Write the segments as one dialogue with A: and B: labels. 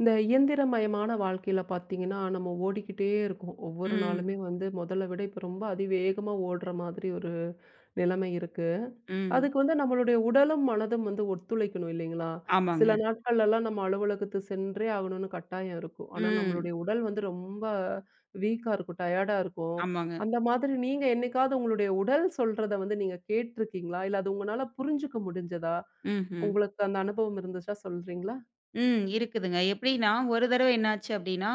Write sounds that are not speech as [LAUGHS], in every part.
A: இந்த இயந்திரமயமான வாழ்க்கையில பார்த்தீங்கன்னா, நம்ம ஓடிக்கிட்டே இருக்கோம். ஒவ்வொரு நாளுமே
B: ம்,
A: வந்து முதல்ல விட இப்ப ரொம்ப அதிவேகமா ஓடுற மாதிரி ஒரு நிலைமை இருக்கு.
B: ம்.
A: அதுக்கு வந்து நம்மளுடைய உடலும், மனதும் வந்து ஒத்துழைக்கணும் இல்லைங்களா?
B: ஆமாங்க.
A: சில நாட்கள்லலாம் நம்ம அலுவலகத்துக்கு சென்றே ஆகணும்னு கட்டாயம் இருக்கும். ஆனா
B: ம்.
A: நம்மளுடைய உடல் வந்து ரொம்ப வீக்கா இருக்கும், டயர்டா இருக்கும்.
B: ஆமாங்க.
A: அந்த மாதிரி நீங்க என்னைக்காவது உங்களுடைய உடல் சொல்றத வந்து நீங்க கேட்டிருக்கீங்களா? இல்ல அது உங்கனால புரிஞ்சுக்க முடிஞ்சதா?
B: ம்ஹ்ம்.
A: உங்களுக்கு அந்த அனுபவம் இருந்துச்சா சொல்றீங்களா?
B: ம். இருக்குதுங்க. எப்படின்னா, ஒரு தடவ என்னாச்சு அப்படின்னா,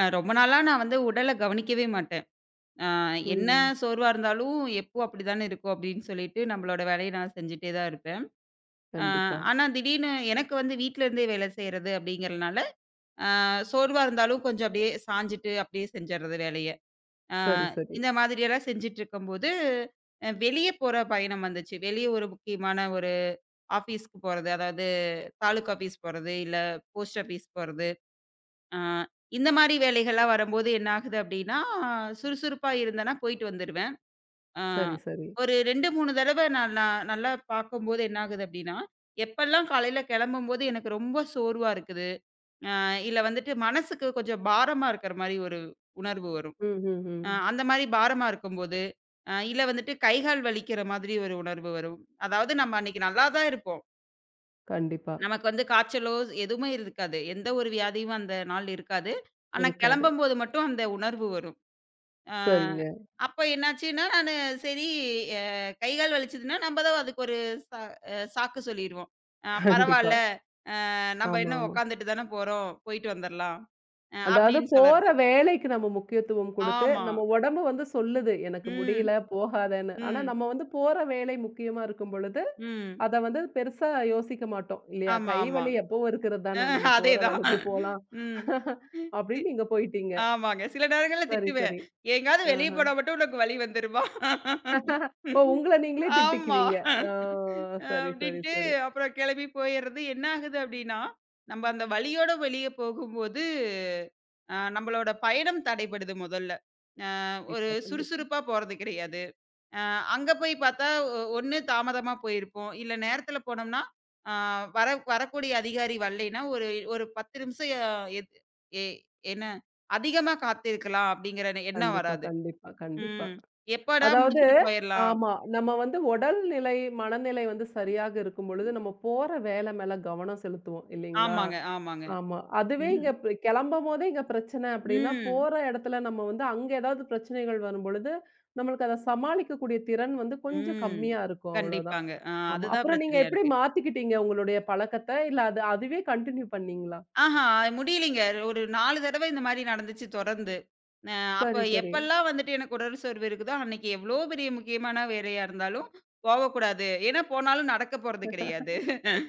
B: ரொம்ப நாளா நான் வந்து உடல கவனிக்கவே மாட்டேன். அ என்ன
A: ம்.
B: சோர்வா இருந்தாலும், எப்போ அப்படிதானே இருக்கும் அப்படின்னு சொல்லிட்டு நம்மளோட வேலைய நான் செஞ்சுட்டே தான் இருப்பேன். அ
A: கண்டிப்பா.
B: ஆனா திடீர்னு எனக்கு வந்து வீட்ல இருந்தே வேலை செய்றது அப்படிங்கிறனால, அ சோர்வா இருந்தாலும் கொஞ்சம் அப்படியே சாஞ்சுட்டு அப்படியே செஞ்சர்றது வேலைய. ஆ
A: சரி, சரி.
B: இந்த மாதிரியெல்லாம் செஞ்சுட்ருக்கும்போது, வெளிய போற பயணம் வந்துச்சு. வெளிய ஒரு முக்கியமான ஒரு ஆஃபீஸ்க்கு போறது. அதாவது தாலுக்கா ஆஃபீஸ் போறது, இல்ல போஸ்ட் ஆஃபீஸ் போறது. ஆ இந்த மாரி வேலைகள்லாம் வரும்போது என்ன ஆகுது அப்டின்னா, சுறுசுறுப்பா இருந்தேன்னா போயிட்டு வந்துருவேன். ஆ
A: சரி, சரி.
B: ஒரு 2, 3 தடவ நான் நான் நல்லா பார்க்கும்போது என்ன ஆகுது அப்டின்னா, எப்பல்லாம் காலையில கெளம்பும்போது எனக்கு ரொம்ப சோர்வா இருக்குது. அ இல்ல வந்துட்டு மனசுக்கு கொஞ்சம் பாரமா இருக்கிற மாரி ஒரு உணர்வு வரும்.
A: ம், ம், ம்.
B: அந்த மாரி பாரமா இருக்கும்போது, இல்ல வந்துட்டு கை, கால் வலிக்கிற மாதிரி ஒரு உணர்வு வரும். அதாவது நம்ம அன்னைக்கு நல்லா தான் இருப்போம்.
A: கண்டிப்பா.
B: நமக்கு வந்து காய்ச்சலோ எதுவுமே இருக்காது. எந்த ஒரு வியாதியும் அந்த நாள் இருக்காது. ஆனா
A: இருக்காது.
B: கிளம்பும்போது மட்டும் அந்த உணர்வு வரும். அ
A: சரிங்க.
B: அப்ப என்னாச்சுன்னா, நானு சரி அ கை, கால் வலிச்சதுன்னா நம்ப தான் அதுக்கு ஒரு ச அ சாக்கு சொல்லிருவோம்.
A: கண்டிப்பா.
B: பரவால்ல நம்ப என்ன
A: ஆமாமா.
B: உட்காந்துட்டு தானே போறோம், போயிட்டு வந்துரலாம்.
A: அதாவது
B: அப்படின்னு
A: போற
B: சொல்லறது.
A: வேலைக்கு நம்ம முக்கியத்துவம் குடுத்து,
B: ஆமா.
A: நம்ம உடம்பு வந்து சொல்லுது, எனக்கு முடியல
B: ம்.
A: போகாதன்னு. ஆனா
B: ம்.
A: நம்ம வந்து போற வேலை முக்கியமா இருக்கும் பொழுது,
B: ம்.
A: அத வந்து பெருசா யோசிக்க மாட்டோம். இல்லையா?
B: ஆமா,
A: கை
B: ஆமா.
A: வலி எப்பவும் இருக்கிறது
B: அ
A: தானே. நம்ம போற
B: அதேதான்.
A: வேலைக்கு போலாம்.
B: ம்.
A: [LAUGHS] அப்படின்னு நீங்க போயிட்டீங்க.
B: ஆமாங்க. சில நேரங்கள்ல
A: சரி,
B: திட்டுவேன்.
A: சரி.
B: எங்கேயாவது வெளிய
A: ஆஹ.
B: போனா மட்டும் உனக்கு வலி வந்துருமா?
A: ஓ! உங்கள நீங்களே
B: ஆமா.
A: திட்டிக்குவீங்க. ஆ சரி, சரி,
B: அப்படின்ட்டு
A: சரி.
B: அப்புறம் கிளம்பி போயிறது. என்ன ஆகுது அப்படின்னா, நம்ம அந்த வலியோட வெளிய போகும்போது, நம்மளோட பயணம் தடைபடுது முதல்ல. ஒரு
A: கண்டிப்பா, கண்டிப்பா.
B: சுறுசுறுப்பா போறது கிடையாது. அ அங்க போய் பார்த்தா, ஒண்ணு தாமதமா போயிருப்போம். இல்ல நேரத்துல போனோம்னா, அ வர வரக்கூடிய அதிகாரி வரலைன்னா, ஒரு ஒரு 10 நிமிஷம் எ எத் எ என்ன அதிகமா காத்திருக்கலாம் அப்படிங்கிற எண்ணம்
A: கண்டிப்பா,
B: வராது.
A: கண்டிப்பா, கண்டிப்பா.
B: ம். எப்படா
A: அதாவது
B: முடிச்சுட்டு போயிரலாம்.
A: ஆமா. நம்ம வந்து உடல்நிலை, மனநிலை வந்து சரியாக இருக்கும் பொழுது, நம்ம போற வேல மேல கவனம் செலுத்துவோம் இல்லைங்களா?
B: ஆமாங்க, ஆமாங்க.
A: ஆமா. அதுவே
B: ம்.
A: இங்க கெளம்பும்போதே இங்க பிரச்சனை அப்டின்னா,
B: ம்.
A: போற இடத்துல நம்ம வந்து அங்க ஏதாவது பிரச்சனைகள் வரும்பொழுது, நம்மளுக்கு அத சமாளிக்கக்கூடிய திறன் வந்து கொஞ்சம்
B: ம்.
A: கம்மியா இருக்கும் அவ்வளோதான்.
B: கண்டிப்பாங்க.
A: ஆமா.
B: அதுதான்
A: அப்புறம் நீங்க
B: பிரச்சனையா
A: எப்டி
B: இருக்கு.
A: மாத்திக்கிட்டீங்க உங்களுடைய பழக்கத்த? இல்ல அதுவே கன்டின்யூ பண்ணீங்களா?
B: ஆஹா, முடியலைங்க. ஒரு 4 தடவ இந்த மாரி நடந்துச்சு தொடர்ந்து. அ
A: சரி,
B: அப்ப
A: சரி.
B: எப்பல்லாம் வந்துட்டு எனக்கு உடல் சோர்வு இருக்குதோ, அன்னைக்கு எவ்ளோ பெரிய முக்கியமான வேலையா இருந்தாலும் போகக்கூடாது. ஏன்னா போனாலும் நடக்க போறது கிடையாது.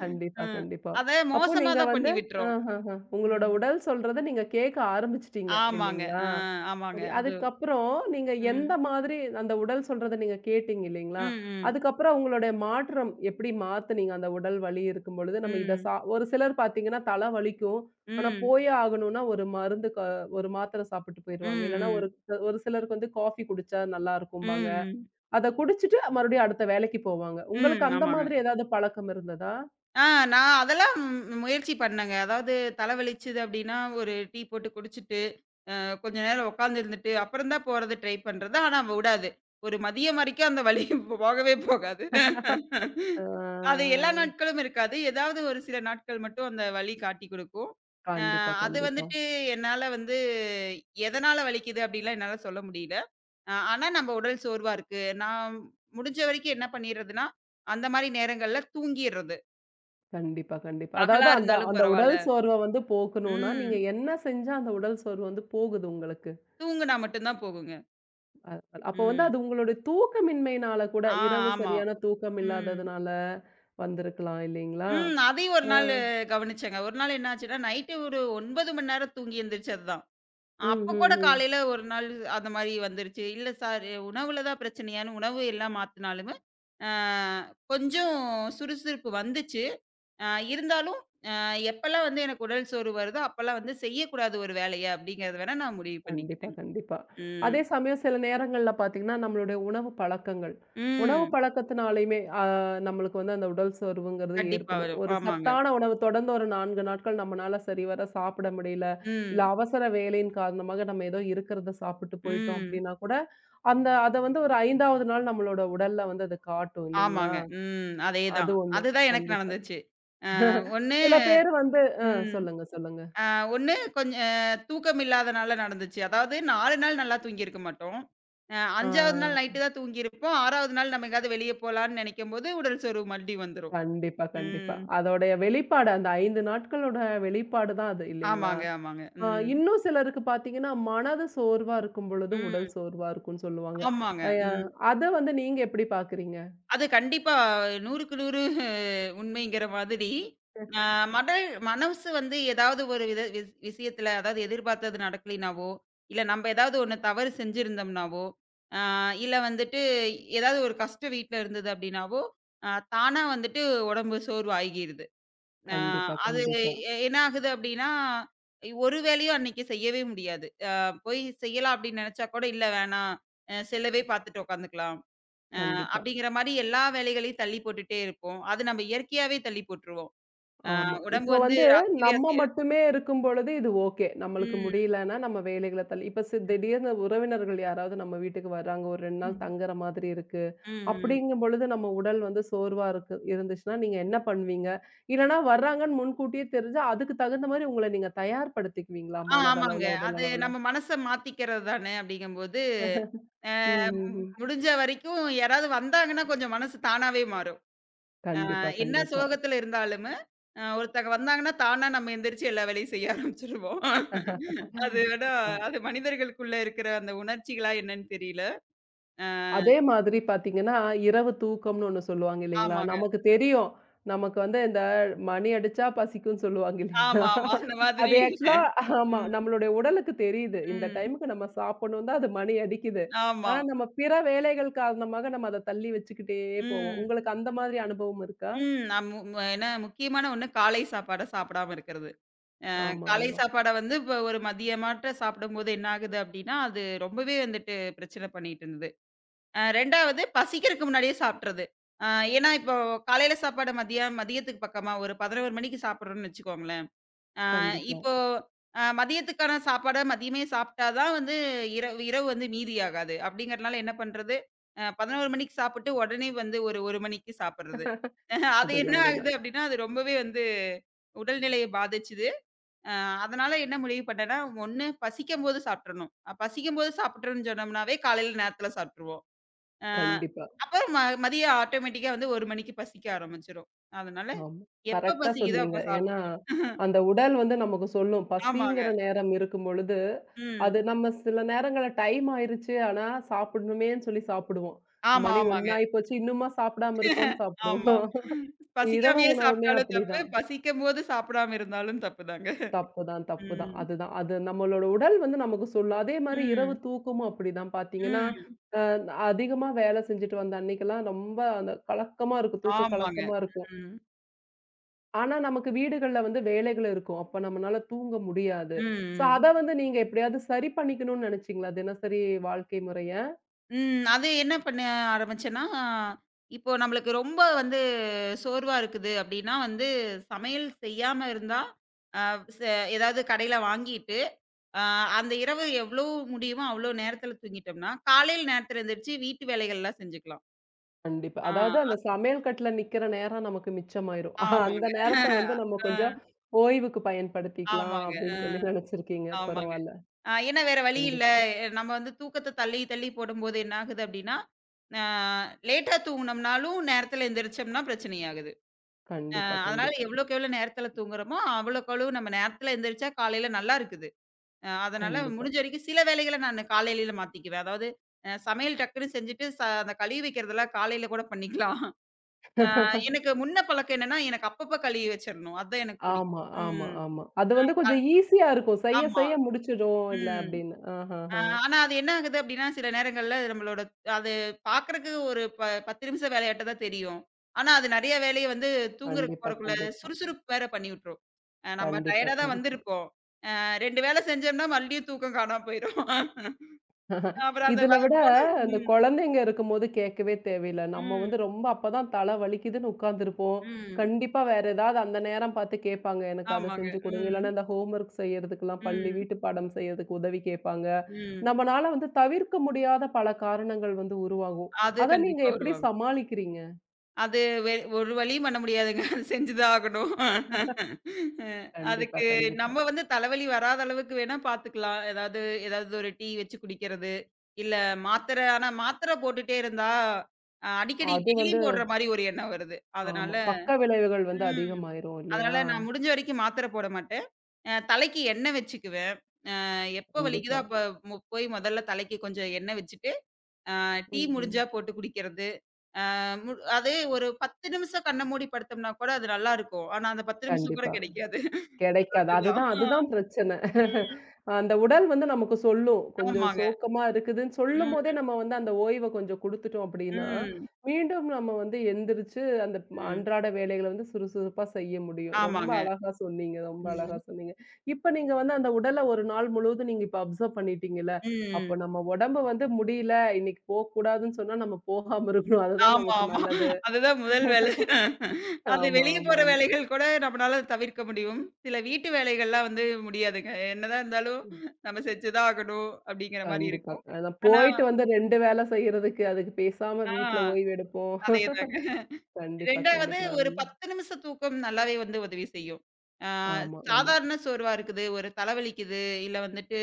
A: கண்டிப்பா,
B: ம்.
A: கண்டிப்பா.
B: அத
A: அப்போ
B: மோசமா
A: நீங்க
B: தான்
A: வந்து
B: பண்ணி விட்டுறோம்.
A: ஆஹஹ. உங்களோட
B: ம்.
A: உடல் சொல்றத நீங்க கேட்க ஆரம்பிச்சுட்டீங்க
B: ஆமாங்க.
A: இல்லைங்களா?
B: ஆமாங்க.
A: சரி.
B: அது
A: அதுக்கப்புறம் நீங்க எந்த
B: ம்.
A: மாதிரி அந்த உடல் சொல்றத நீங்க கேட்டீங்க இல்லைங்களா?
B: ம், ம்.
A: அதுக்கப்புறம் உங்களுடைய மாற்றம் எப்படி மாத்துனீங்க? அந்த உடல் வலி இருக்கும் பொழுது நம்ம இத
B: ம்.
A: ஒரு சிலர் பார்த்தீங்கன்னா தல வலிக்கும். ஆனா
B: ம்.
A: போயே ஆகணும்னா ஒரு மருந்து க ஒரு மாத்திரை சாப்பிட்டு
B: ம்,
A: போயிருவாங்க. இல்லன்னா ஒரு
B: ம்.
A: ஒரு சிலருக்கு வந்து காஃபி குடிச்சா நல்லா
B: ம்,
A: இருக்கும்பாங்க.
B: ம்.
A: அத குடிச்சிட்டு மறுபடியும் அடுத்த வேலைக்கு போவாங்க. உங்களுக்கு
B: ம்.
A: அந்த
B: ஆமாங்க.
A: மாதிரி ஏதாவது பழக்கம் இருந்ததா?
B: ஆ நான் அதெல்லாம் முயற்சி பண்ணேங்க. அதாவது தல வலிச்சது அப்டின்னா, ஒரு டீ போட்டு குடிச்சுட்டு கொஞ்ச நேரம் உட்கார்ந்து இருந்துட்டு, அப்புறம் தான் போறது ட்ரை பண்றது. ஆனா அவ விடாது. ஒரு மதியம் வரைக்கும் அந்த வலி [LAUGHS] போகவே போகாது. அது
A: ஆ.
B: எல்லா நாட்களும் இருக்காது. ஏதாவது ஒரு சில நாட்கள் மட்டும் அந்த வலி காட்டிக் குடுக்கும். அ
A: கண்டிப்பா,
B: அது
A: கண்டிப்பா.
B: வந்துட்டு என்னால வந்து எதனால வலிக்குது அப்படின்லாம் என்னால சொல்ல முடியல. ஆனா நம்ம உடல் சோர்வா இருக்கு. நான் முடிஞ்ச வரைக்கும் என்ன பண்ணிர்றதுன்னா, அந்த மாரி நேரங்கள்ல தூங்கிர்றது.
A: கண்டிப்பா, கண்டிப்பா. அதாவது
B: பகலா
A: அந்த
B: இருந்தாலும்
A: அந்த
B: பரவால்ல.
A: உடல் சோர்வ வந்து போக்கணும்னா, நீங்க
B: ம்.
A: என்ன செஞ்சா அந்த உடல் சோர்வு வந்து போகுது உங்களுக்கு?
B: தூங்குனா மட்டும் தான் போகுங்க.
A: அ அப்போ வந்து அது
B: ம்.
A: உங்களுடைய தூக்கமின்மையினால கூட,
B: ஆ
A: இரவு
B: ஆமா.
A: சரியான தூக்கம்
B: ம்.
A: இல்லாததுனால வந்திருக்கலாம் இல்லைங்களா?
B: ம். அதையும் ஒரு
A: அ.
B: நாளு கவனிச்சேங்க. ஒரு நாள் என்ன ஆச்சுன்னா, நைட்டு ஒரு 9 மணி நேரம் தூங்கி எந்திரிச்சது தான்.
A: ம்,
B: அப்ப கூட
A: ம், ம்.
B: காலையில ஒரு நாள் அந்த மாரி வந்துருச்சு. இல்ல சார் உணவுல தான் பிரச்சனையான்னு உணவு எல்லாம் மாத்துனாலுமே, அ கொஞ்சம் சுறுசுறுப்பு வந்துச்சு. அ இருந்தாலும் அ எப்பலாம் வந்து எனக்கு உடல் சோர்வு வருதோ, அப்பலாம் வந்து செய்யக்கூடாது ஒரு வேலைய அப்படிங்கிறது வேணா நான் முடிவு
A: கண்டிப்பா,
B: பண்ணிக்கிட்டேங்க.
A: கண்டிப்பா.
B: ம்.
A: அதே சமயம் சில நேரங்கள்ல பார்த்தீங்கன்னா, நம்மளுடைய உணவு பழக்கங்கள். உணவு
B: ம்.
A: பழக்கத்தினாலயுமே நம்மளுக்கு வந்து அந்த உடல் சோர்வுங்கிறது
B: கண்டிப்பா
A: ஏற்படும்.
B: வரும்.
A: ஒரு
B: ஆமாங்க.
A: சத்தான உணவு தொடர்ந்து ஒரு 4 நாட்கள் நம்மனால சரிவர சாப்பிட முடியல, இல்ல
B: ம்.
A: அவசர வேலையின் காரணமாக நம்ம ஏதோ இருக்கிறத சாப்பிட்டு போயிட்டோம்
B: ம்.
A: அப்படின்னா கூட, அத வந்து ஒரு 5வது நாள் நம்மளோட உடல்ல வந்து அது காட்டும் இல்லைங்களா?
B: ஆமாங்க. ம்.
A: அது
B: அதேதான்.
A: ஒண்ணு.
B: அதுதான் எனக்கு
A: கண்டிப்பா.
B: நடந்துச்சு. ஒண்ணு
A: சில பேர் வந்து அ
B: ம்.
A: சொல்லுங்க, சொல்லுங்க.
B: ஒண்ணு கொஞ்ச தூக்கம் இல்லாதனால நடந்துச்சு. அதாவது 4 நாள் நல்லா தூங்கியிருக்க மாட்டோம்.
A: ஆ.
B: 5வது நாள் நைட்டு தான் தூங்கியிருப்போம். 6வது நாள் நம்ம எங்கேயாவது வெளிய போலான்னு நெனைக்கும்போது, உடல் சோர்வு மறுபடியும் வந்துரும்.
A: கண்டிப்பா, கண்டிப்பா.
B: ம்.
A: அதோடைய வெளிப்பாடு அந்த 5 நாட்களோட வெளிப்பாடு தான் அது இல்லைங்களா?
B: ஆமாங்க, ஆமாங்க.
A: ஆ
B: ம்.
A: இன்னும் சிலருக்கு பார்த்தீங்கன்னா, மனது சோர்வா இருக்கும் பொழுது
B: ம்.
A: உடல் சோர்வா இருக்கும்ன்னு சொல்லுவாங்க.
B: ஆமாங்க.
A: அ ய
B: ம்.
A: அத வந்து நீங்க எப்படி பார்க்குறீங்க?
B: அது கண்டிப்பா 100க்கு 100 [LAUGHS] உண்மைங்கிற மாதிரி. ஆ மடல் மனசு வந்து ஏதாவது ஒரு வித விஷயத்துல அதாவது எதிர்பார்த்தது நடக்கலினாவோ, இல்ல நம்ப ஏதாவது ஒண்ணு தவறு செஞ்சிருந்தோம்னாவோ, ஆ இல்ல வந்துட்டு ஏதாவது ஒரு கஷ்டம் வீட்ல இருந்தது அப்டின்னாவோ, அ தானா வந்துட்டு உடம்பு சோர்வு ஆகிருது. ஆ
A: கண்டிப்பா,
B: அது
A: கண்டிப்பா,
B: என்ன ஆகுது அப்டின்னா, ஒரு வேலையும் அன்னைக்கு செய்யவே முடியாது. போய் செய்யலாம் அப்டின்னு நெனச்சா கூட, இல்ல வேணாம் செல்லவே பார்த்துட்டு உட்காந்துக்கலாம். அ
A: கண்டிப்பா.
B: அப்படிங்கிற மாரி எல்லா வேலைகளையும் தள்ளி போட்டுட்டே இருப்போம். அது நம்ம இயற்கையாவே தள்ளி போட்டுருவோம். அ
A: ஆமா.
B: உடம்பு
A: இப்போ
B: வந்து
A: வந்து
B: அசையவே
A: நம்ம
B: அசையாது.
A: மட்டுமே இருக்கும் பொழுது இது ஓகே. நம்மளுக்கு
B: ம்.
A: முடியலன்னா நம்ம வேலைகள தள்ளி இப்ப திடீர்னு உறவினர்கள் யாராவது நம்ம வீட்டுக்கு வர்றாங்க, ஒரு 2 நாள்
B: ம்.
A: தங்குற மாதிரி இருக்கு.
B: ம், ம்.
A: அப்படிங்கும் பொழுது நம்ம உடல் வந்து சோர்வா இருக்கு இருந்துச்சுன்னா நீங்க என்ன பண்ணுவீங்க? இல்லன்னா வர்றாங்கன்னு முன்கூட்டியே தெரிஞ்சா, அதுக்கு தகுந்த மாரி உங்கள நீங்க தயார்படுத்திக்குவீங்களா?
B: ஆ ஆமாங்க.
A: மனதளவுல, உடல்
B: அது
A: அளவுல?
B: நம்ம மனச மாத்திக்கிறது தானே அப்படிங்கும்போது, அ
A: ம்,
B: மு
A: ம், ம்.
B: முடிஞ்ச வரைக்கும் யாராவது வந்தாங்கன்னா கொஞ்சம் மனசு தானாவே மாறும். அ
A: கண்டிப்பா,
B: என்ன
A: கண்டிப்பா.
B: சோகத்துல இருந்தாலுமே, ஒருத்தங்க வந்தாங்கன்னா தானா நம்ம எந்திரிச்சு எல்லா வேலையும் செய்ய ஆரம்பிச்சுருவோம். அது வேணா
A: அஹ்
B: அது மனிதர்களுக்குள்ள இருக்கிற அந்த உணர்ச்சிகளா என்னன்னு தெரியல. அ
A: அதே மாதிரி பாத்தீங்கன்னா, இரவு தூக்கம்னு ஒண்ணு சொல்லுவாங்க இல்லைங்களா?
B: ஆமாங்க.
A: நமக்கு தெரியும். நமக்கு வந்து இந்த மணி அடிச்சா பசிக்கும்னு சொல்லுவாங்க இல்லைங்களா?
B: ஆமா, ஆமா. அந்த மாதிரி.
A: அது ஆக்சுவலா ஆமா.
B: ம்.
A: நம்மளுடைய உடலுக்கு தெரியுது. இந்த
B: ம்.
A: டைமுக்கு நம்ம சாப்பிடணும் தான் அது மணி அடிக்குது.
B: ஆமா.
A: ஆனா, நம்ம பிற வேலைகள் காரணமாக நம்ம அத தள்ளி வச்சுக்கிட்டே போவோம்.
B: ம்.
A: உங்களுக்கு அந்த மாதிரி அனுபவம் இருக்கா?
B: ம். நான் மு மு ஏன்னா முக்கியமான ஒண்ணு காலை சாப்பாட சாப்பிடாம இருக்கிறது. அ
A: ஆமா,
B: காலை
A: ஆமா.
B: சாப்பாட வந்து இப்ப ஒரு மதியமாட்ட சாப்பிடும்போது என்ன ஆகுது அப்டின்னா, அது ரொம்பவே வந்துட்டு பிரச்சனை பண்ணிட்டு இருந்தது. 2வது பசிக்கிறதுக்கு முன்னாடியே சாப்ட்டுறது. அ ஏன்னா இப்போ காலையில சாப்பாடு மதியம் மதியத்துக்கு பக்கமா ஒரு 11 மணிக்கு சாப்பிடுறோம்னு வச்சுக்கோங்களேன்.
A: கண்டிப்பா.
B: இப்போ மதியத்துக்கான சாப்பாட மதியமே சாப்பிட்டா தான் வந்து இரவு இரவு வந்து மீதியாகாது. அப்படிங்கிறனால என்ன பண்றது? 11 மணிக்கு சாப்பிட்டு உடனே வந்து ஒரு 1 மணிக்கு சாப்பிடுறது. [LAUGHS] அது என்ன
A: அதுதான்,
B: ஆகுது
A: அதுதான்.
B: அப்படின்னா, அது ரொம்பவே வந்து உடல்நிலைய பாதிச்சுது. அ அதனால என்ன முடிவு பண்ணேன்னா, 1 பசிக்கும்போது சாப்பிட்டுறணும். பசிக்கும்போது சாப்பிட்டுறோம்ன்னு சொன்னோம்னாவே காலையில நேரத்தில சாப்பிட்டுருவோம். அ
A: கண்டிப்பா.
B: அப்புறம் மதியம் ஆட்டோமேட்டிக்கா வந்து 1 மணிக்கு பசிக்க ஆரம்பிச்சுரும். அதனால
A: ஆமா.
B: எப்ப
A: கரெக்ட்டா
B: பசிக்குதோ
A: சொன்னீங்க.
B: அப்ப
A: ஏன்னா,
B: சாப்பிட்டுறணும். [LAUGHS]
A: அந்த உடல் வந்து நமக்கு சொல்லும்.
B: ஆமாங்க.
A: பசிங்கிற நேரம் இருக்கும் பொழுது, அது
B: ம்.
A: நம்ம சில நேரங்கள்ல டைம் ஆயிருச்சு. ஆனா, சாப்பிடணுமேன்னு சொல்லி சாப்பிடுவோம்.
B: ஆமா,
A: மணி
B: ஆமாங்க.
A: 1 ஆயி போச்சு. இன்னுமா சாப்பிடாம இருக்கோம்ன்னு சாப்பிடுவோம்.
B: ஆமா.
A: [LAUGHS] இரவு
B: பசிக்காமயே
A: உணவுமே
B: சாப்பிட்டாலும் தப்பு.
A: அப்படிதான்.
B: பசிக்கும்போது சாப்பிடாம இருந்தாலும் தப்பு தாங்க.
A: தப்புதான், தப்புதான்.
B: ம்.
A: அதுதான். அது நம்மளோட உடல் வந்து நமக்கு சொல்லும். அதே மாரி இரவு
B: ம்.
A: தூக்கமும் அப்படிதான் பார்த்தீங்கன்னா,
B: ம்.
A: அ அதிகமா வேலை செஞ்சுட்டு வந்த அன்னைக்கெல்லாம் ரொம்ப அந்த கலக்கமா இருக்கும். தூக்க
B: ஆமாங்க.
A: கலக்கமா இருக்கும்.
B: ம்.
A: ஆனா, நமக்கு வீடுகள்ல வந்து வேலைகள் இருக்கும். அப்ப நம்மனால தூங்க முடியாது.
B: ம்.
A: ஸோ,
B: ம்.
A: அத வந்து நீங்க எப்படியாவது சரி பண்ணிக்கணும்னு நினைச்சீங்களா? தினசரி வாழ்க்கை முறைய?
B: ம். அது என்ன பண்ண ஆரம்பிச்சேன்னா, இப்போ நம்மளுக்கு ரொம்ப வந்து சோர்வா இருக்குது அப்படின்னா வந்து சமையல் செய்யாம இருந்தா, அ ச ஏதாவது கடையில வாங்கிட்டு, அ அந்த இரவு எவ்வளோ முடியுமோ அவ்வளோ நேரத்தில தூங்கிட்டோம்னா, காலையில நேரத்தில எந்திரிச்சு வீட்டு வேலைகள்லாம் செஞ்சுக்கலாம்.
A: கண்டிப்பா.
B: ஆ.
A: அதாவது அந்த சமையல் கட்டுல நிக்கிற நேரம் நமக்கு மிச்சமாயிரும். அந்த
B: ஆமாங்க.
A: நேரத்த வந்து நம்ம கொஞ்சம்
B: அ
A: ஓய்வுக்கு பயன்படுத்திக்கலாம்
B: ஆமாங்க.
A: அப்படின்னு சொல்லி நினைச்சிருக்கீங்க.
B: ஆமாங்க.
A: பரவால்ல.
B: ஏன்னா வேற வழி இல்ல.
A: கண்டிப்பா.
B: நம்ம வந்து தூக்கத்த தள்ளி, தள்ளி போடும்போது என்ன ஆகுது அப்டின்னா, அ லேட்டா தூங்குனோம்னாலும் நேரத்துல எந்திரிச்சோம்னா பிரச்சனையாகுது. அ
A: கண்டிப்பா,
B: அதனால
A: கண்டிப்பா,
B: எவ்வளோக்கு எவ்வளோ நேரத்துல தூங்குறோமோ, அவ்வளோக்கு அவ்வளோ நம்ம நேரத்துல எந்திரிச்சா காலையில நல்லா இருக்குது. அதனால
A: கண்டிப்பா.
B: முடிஞ்ச வரைக்கும் சில வேலைகள நானு காலையில மாத்திக்குவேன். அதாவது சமையல் டக்குன்னு செஞ்சுட்டு அந்த கழுவி வைக்கிறதெல்லாம் காலையில கூட பண்ணிக்கலாம். எனக்கு முன்ன பழக்கம் என்னன்னா, எனக்கு அப்பப்ப கழுவி வச்சிரணும். அதான் எனக்கு
A: ஆமா,
B: பிடிக்கும்.
A: ஆமா,
B: ம்.
A: ஆமா. அது வந்து
B: அ
A: கொஞ்சம் ஈஸியா இருக்கும். செய்ய
B: ஆமா.
A: செய்ய முடிச்சிடும் இல்ல
B: ம்.
A: அப்படின்னு.
B: அ
A: ஆஹஹ.
B: ஆனா அது என்ன ஆகுது அப்டின்னா, சில நேரங்கள்ல நம்மளோட அது பார்க்கறக்கு ஒரு 10 நிமிஷம் வேலையாட்ட தான் தெரியும். ஆனா, அது நெறைய வேலைய வந்து தூங்குறதுக்கு
A: கண்டிப்பா,
B: போறக்குள்ள
A: கண்டிப்பா.
B: சுறுசுறுப்பு வேற பண்ணி விட்டுரும். நம்ம
A: கண்டிப்பா,
B: டயர்டா தான்
A: கண்டிப்பா.
B: வந்திருப்போம். 2 வேல செஞ்சோம்னா மறுபடியும் தூக்கம் காணாம போயிரும். [LAUGHS] அப்புறம் அந்த வ
A: இதுல விட
B: போட
A: இந்த
B: ம்,
A: குழந்தைங்க இருக்கும்போது கேட்கவே தேவையில்ல. நம்ம
B: ம்,
A: வந்து ரொம்ப அப்பதான் தலை வலிக்குதுன்னு உட்கார்ந்துருப்போம்.
B: ம்.
A: கண்டிப்பா வேற ஏதாவது அந்த நேரம் பார்த்து கேட்பாங்க. எனக்கு அத
B: ஆமாங்க.
A: செஞ்சு குடுங்க.
B: ம்,
A: இல்லன்னா இந்த ஹோம்வொர்க் செய்யறதுக்கெல்லாம் பள்ளி
B: ம்,
A: வீட்டு பாடம் செய்யறதுக்கு உதவி கேட்பாங்க.
B: ம்.
A: நம்மனால வந்து தவிர்க்க முடியாத பல காரணங்கள் வந்து உருவாகும்.
B: அது
A: அத நீங்க
B: கண்டிப்பா
A: எப்படி
B: வருவாங்க.
A: சமாளிக்கிறீங்க?
B: அது வெ ஒரு வழியும் பண்ண முடியாதுங்க. அது செஞ்சு தான் ஆகணும். அ
A: கண்டிப்பா,
B: அதுக்கு
A: கண்டிப்பா.
B: நம்ம வந்து தலைவலி வராத அளவுக்கு வேணா பாத்துக்கலாம். ஏதாவது ஏதாவது ஒரு டீ வச்சு குடிக்கிறது, இல்ல மாத்திரை ஆனா மாத்திரை போட்டுட்டே இருந்தா, அடிக்கடி
A: அது வந்து
B: டெய்லியும் போடுற மாரி ஒரு எண்ணம் வருது. அதனால
A: ஆமா. பக்க விளைவுகள் வந்து
B: ம்.
A: அதிகமாயிரும் இல்லையா?
B: அதனால நான் முடிஞ்ச வரைக்கும் மாத்திரை போட மாட்டேன். தலைக்கு எண்ணெய் வச்சுக்குவேன். எப்ப வலிக்குதோ
A: கண்டிப்பா.
B: அப்ப போய் முதல்ல தலைக்கு கொஞ்சம் எண்ணெய் வச்சுட்டு, டீ
A: ம்.
B: முடிஞ்சா போட்டு குடிக்கிறது. மு அதே ஒரு 10 நிமிஷம் கண்ண மூடி படுத்தோம்னா கூட அது நல்லாருக்கும். ஆனா அந்த 10 நிமிஷம் கூட
A: கண்டிப்பா.
B: கிடைக்காது.
A: கிடைக்காது.
B: அதுதான்.
A: அதுதான்
B: ஆ.
A: அதுதான் பிரச்சனை.
B: ம்.
A: அந்த உடல் வந்து நமக்கு சொல்லும். கொஞ்சம்
B: ஆமாங்க.
A: சோக்கமா இருக்குதுன்னு சொல்லும்போதே,
B: ம்.
A: நம்ம வந்து அந்த ஓய்வ கொஞ்சம் குடுத்துட்டோம் அப்படின்னா,
B: ம்.
A: மீண்டும் நம்ம வந்து எந்திரிச்சு அந்த
B: ம்.
A: அன்றாட வேலைகள வந்து சுறுசுறுப்பா செய்ய முடியும். ரொம்ப
B: ஆமாங்க.
A: அழகா சொன்னீங்க, ரொம்ப அழகா
B: ம்.
A: சொன்னீங்க. இப்ப நீங்க வந்து அந்த உடல ஒரு நாள் முழுவதும் நீங்க இப்ப அப்சர்வ் பண்ணிட்டீங்கல்ல, அப்போ
B: ம்.
A: நம்ம உடம்பு வந்து முடியல, இன்னைக்கு போக்கூடாதுன்னு சொன்னா நம்ம போகாம இருக்கணும். அதுதான்
B: ஆமா,
A: நமக்கு
B: ஆமா.
A: நல்லது.
B: அதுதான் முதல் வேலை. அது
A: ஆமா,
B: வெளிய
A: ஆமா, ஆமா.
B: போற வேலைகள் கூட நம்மனால தவிர்க்க முடியும். சில வீட்டு வேலைகள்லாம் வந்து முடியாதுங்க. என்னதான் இருந்தாலும் நம்ம செஞ்சு தான் ஆகணும், அப்படிங்கிற மாரி
A: கண்டிப்பா.
B: இருக்கும்.
A: அதான்
B: ஆனா
A: போயிட்டு வந்து 2 வேலை செய்யறதுக்கு, அதுக்கு பேசாம
B: ஆ
A: வீட்ல ஓய்வு எடுப்போம்.
B: அதேதாங்க.
A: கண்டிப்பா,
B: 2வது
A: கண்டிப்பா.
B: ஒரு
A: ஆமா.
B: 10 நிமிஷ தூக்கம் நல்லாவே வந்து உதவி செய்யும். ஆ
A: ஆமா, ஆமா.
B: சாதாரண சோர்வா இருக்குது, ஒரு தலைவலிக்குது, இல்ல வந்துட்டு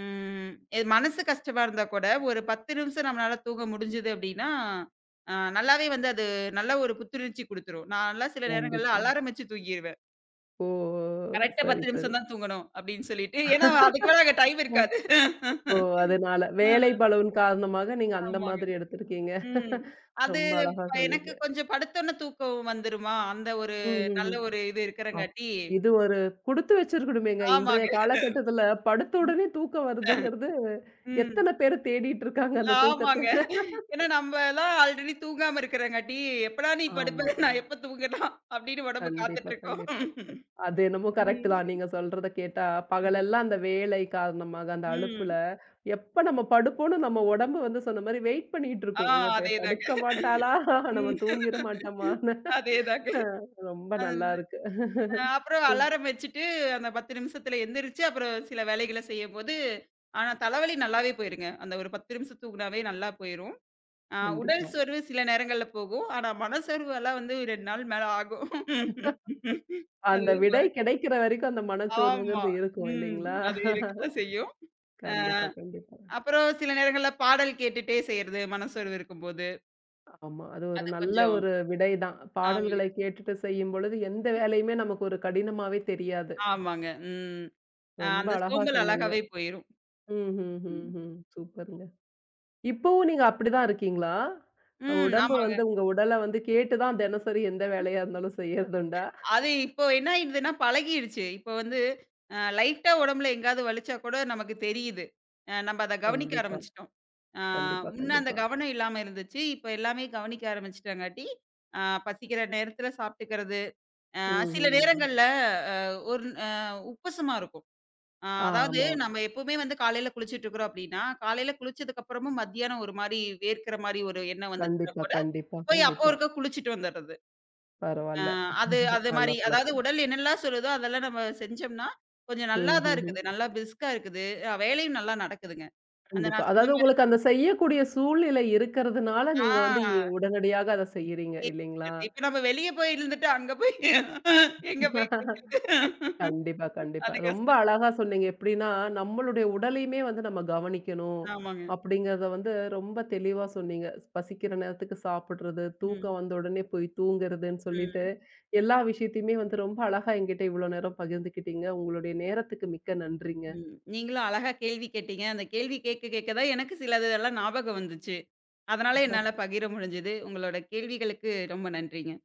B: ம் எ மனசு கஷ்டமா இருந்தா கூட, ஒரு 10 நிமிஷம் நம்மளால தூங்க முடிஞ்சுது அப்டின்னா, நல்லாவே வந்து அது நல்ல ஒரு புத்துணர்ச்சி குடுத்துரும். நான்லாம் சில நேரங்கள்ல
A: கண்டிப்பா.
B: அலாரம் வச்சு தூங்கிருவேன்.
A: ஓ!
B: கரெக்ட்டா
A: சரி,
B: 10
A: சரி.
B: நிமிஷம் தான் தூங்கணும் அப்டின்னு சொல்லிட்டு. ஏன்னா அதுக்கு மேல அங்க டைம்
A: அஹ்,
B: இருக்காது.
A: ஓ! அதனால
B: [LAUGHS] அ
A: வேலை பளுவின் காரணமாக நீங்க அந்த
B: ஆமாங்க.
A: மாதிரி எடுத்திருக்கீங்க.
B: ம். அது
A: ரொம்ப அழகா
B: இப்ப
A: சொன்னீங்க.
B: எனக்கு கொஞ்சம் படுத்தோன தூக்கம் வந்துருமா, அந்த ஒரு
A: ம், ம்,
B: நல்ல
A: ம்.
B: ஒரு இது
A: அப்
B: இருக்கறங்காட்டி
A: இது ஒரு குடுத்து வச்சிருக்கணுமேங்க. இன்றைய
B: ஆமாங்க.
A: காலகட்டத்துல படுத்த உடனே தூக்கம் வருதுங்கிறது,
B: ம்.
A: எத்தன பேரு தேடிட்டு இருக்காங்க அந்த
B: ஆமாங்க.
A: தூக்கத்த.
B: ஏன்னா நம்பலாம் ஆல்ரெடி தூங்காம இருக்கிறங்காட்டி, "எப்படா நீ படுப்ப?
A: ஆமா.
B: நான் எப்ப தூங்கலாம்?" அப்படின்னு உடம்பு
A: கண்டிப்பா,
B: காத்துட்ருக்கும்.
A: கண்டிப்பா. அது என்னமோ கரெக்ட் தான்.
B: ம்.
A: நீங்க சொல்றத கேட்டா,
B: ம்.
A: பகலெல்லாம் அந்த வேலை காரணமாக, அந்த அலுப்புல,
B: ம்.
A: எப்ப நம்ம படுப்போம்னு நம்ம உடம்பு வந்து சொன்ன மாரி வெயிட் பண்ணிட்டு
B: ஆ
A: இருக்கும். "ஐயோ!
B: அதேதாங்க.
A: படுக்க மாட்டாளா? நம்ம
B: ம்.
A: தூங்கிற மாட்டோமான்னு"
B: அதேதாங்க.
A: அ ரொம்ப
B: அதன்
A: நல்லா இருக்கு.
B: அ அப்புறம் அலாரம் வச்சுட்டு, அந்த 10 நிமிஷத்துல எந்திரிச்சு, அப்புறம் சில வேலைகள செய்யும்போது, ஆனா தலைவலி நல்லாவே போயிருங்க. அந்த ஒரு 10 நிமிஷம் தூங்குனாவே நல்லா போயிரும். உடல்
A: கண்டிப்பா.
B: சோர்வு சில நேரங்கள்ல போகும். ஆனா மனசோர்வு எல்லாம் வந்து 2 நாள் மேல ஆகும். [LAUGHS]
A: அந்த
B: அதுல
A: விடை கிடைக்கிற வரைக்கும் அந்த
B: ஆமா.
A: மனச்சோர்வுங்கிறது இருக்கும்
B: ம்.
A: இல்லைங்களா?
B: அது இருக்கத்தான் செய்யும். அ
A: கண்டிப்பா, கண்டிப்பா.
B: அப்புறம் சில நேரங்கள்ல பாடல் கேட்டுட்டே செய்றது, மனசோர்வு இருக்கும்போது.
A: ஆமா. அது ஒரு
B: அது
A: நல்ல
B: கொஞ்சம்
A: ஒரு விடை தான்.
B: ஆமாங்க,
A: பாடல்களை கேட்டுட்டு செய்யும்பொழுது, எந்த வேலையுமே நமக்கு ஒரு கடினமாவே தெரியாது.
B: ஆமாங்க. ம்.
A: ரொம்ப
B: அந்த
A: அழகா
B: சோம்பல்
A: சொன்னீங்க.
B: அழகாவே போயிரும்.
A: ம், ம், ம்,
B: ம்.
A: ம். சூப்பருங்க. இப்பவும் நீங்க அப்படிதான் இருக்கீங்களா?
B: ம்.
A: உடம்பு
B: ஆமாங்க.
A: வந்து உங்க உடல வந்து கேட்டு தான் தினசரி எந்த வேலையா இருந்தாலும் செய்யறதுண்டா?
B: அது இப்போ என்ன ஆயிடுதுன்னா பழகிடுச்சு. இப்போ வந்து லைட்டா உடம்புல எங்கேயாவது வலிச்சா கூட நமக்கு தெரியுது. நம்ம அத கவனிக்க
A: கண்டிப்பா,
B: ஆரம்பிச்சுட்டோம். ஆ
A: கண்டிப்பா,
B: முன்ன அந்த
A: கண்டிப்பா.
B: கவனம் இல்லாம இருந்துச்சு. இப்ப எல்லாமே கவனிக்க ஆரம்பிச்சுட்டங்காட்டி, அ பசிக்கிற நேரத்துல சாப்பிட்டுக்கிறது. அ
A: ம்,
B: சில
A: ம். ம்.
B: நேரங்கள்ல அ ஒரு உப்பசமா இருக்கும். அதாவது
A: ஆமா.
B: நம்ம எப்பவுமே வந்து காலையில குளிச்சுட்டு இருக்கிறோம் அப்டின்னா, காலையில குளிச்சதுக்கு அப்புறமும் மத்தியானம் ஒரு மாரி வேர்க்கிற மாரி ஒரு எண்ணம் வந்துச்சுன்னா
A: கண்டிப்பா,
B: கூட,
A: கண்டிப்பா,
B: போய் அப்போ
A: கண்டிப்பா.
B: ஒருக்கா குளிச்சுட்டு வந்துடுறது. அ
A: பரவால்ல.
B: அது அது
A: நல்ல
B: மாரி அதாவது
A: பழக்கம்.
B: உடல் என்னெல்லாம் சொல்லுதோ அதெல்லாம் நம்ம செஞ்சோம்னா, கொஞ்சம் நல்லா
A: ம், ம்,
B: தான்
A: ம்.
B: இருக்குது. நல்லா பிரிஸ்கா இருக்குது. வேலையும் நல்லா நடக்குதுங்க. அந்த
A: கண்டிப்பா.
B: நான்
A: அதாவது
B: சொன்ன மாரி
A: உங்களுக்கு அந்த செய்யக்கூடிய சூழ்நிலை இருக்கிறதுனால, நீங்க வந்து
B: ஆ
A: உடனடியாக அத செய்யறீங்க இல்லைங்களா?
B: [UNINTELLIGIBLE] இப்ப நம்ம வெளிய போய் இருந்துட்டு அங்க போய் எங்க போய்
A: [LAUGHS]
B: குளிக்கிறது?
A: கண்டிப்பா, கண்டிப்பா.
B: அது
A: ரொம்ப
B: கஷ்டம்.
A: அழகா சொன்னீங்க. எப்படின்னா, நம்மளுடைய உடலையுமே வந்து நம்ம கவனிக்கணும்.
B: ஆமாங்க.
A: அப்படிங்கிறத வந்து ரொம்ப தெளிவா சொன்னீங்க. பசிக்கிற நேரத்துக்கு சாப்பிடுறது,
B: ம்.
A: தூக்கம் வந்த உடனே போய் தூங்குறதுன்னு சொல்லிட்டு,
B: ம்.
A: எல்லா விஷயத்தையுமே வந்து ரொம்ப அழகா என்கிட்ட இவ்வளோ நேரம் பகிர்ந்துக்கிட்டீங்க. உங்களுடைய நேரத்துக்கு மிக்க நன்றிங்க.
B: ம். நீங்களும் அழகா கேள்வி கேட்டீங்க. அந்த கேள்வி கேட்க கேட்க தான் எனக்கு சிலதெல்லாம் ஞாபகம் வந்துச்சு. அதனால என்னால பகிர முடிஞ்சது. உங்களோட கேள்விகளுக்கு ரொம்ப நன்றிங்க.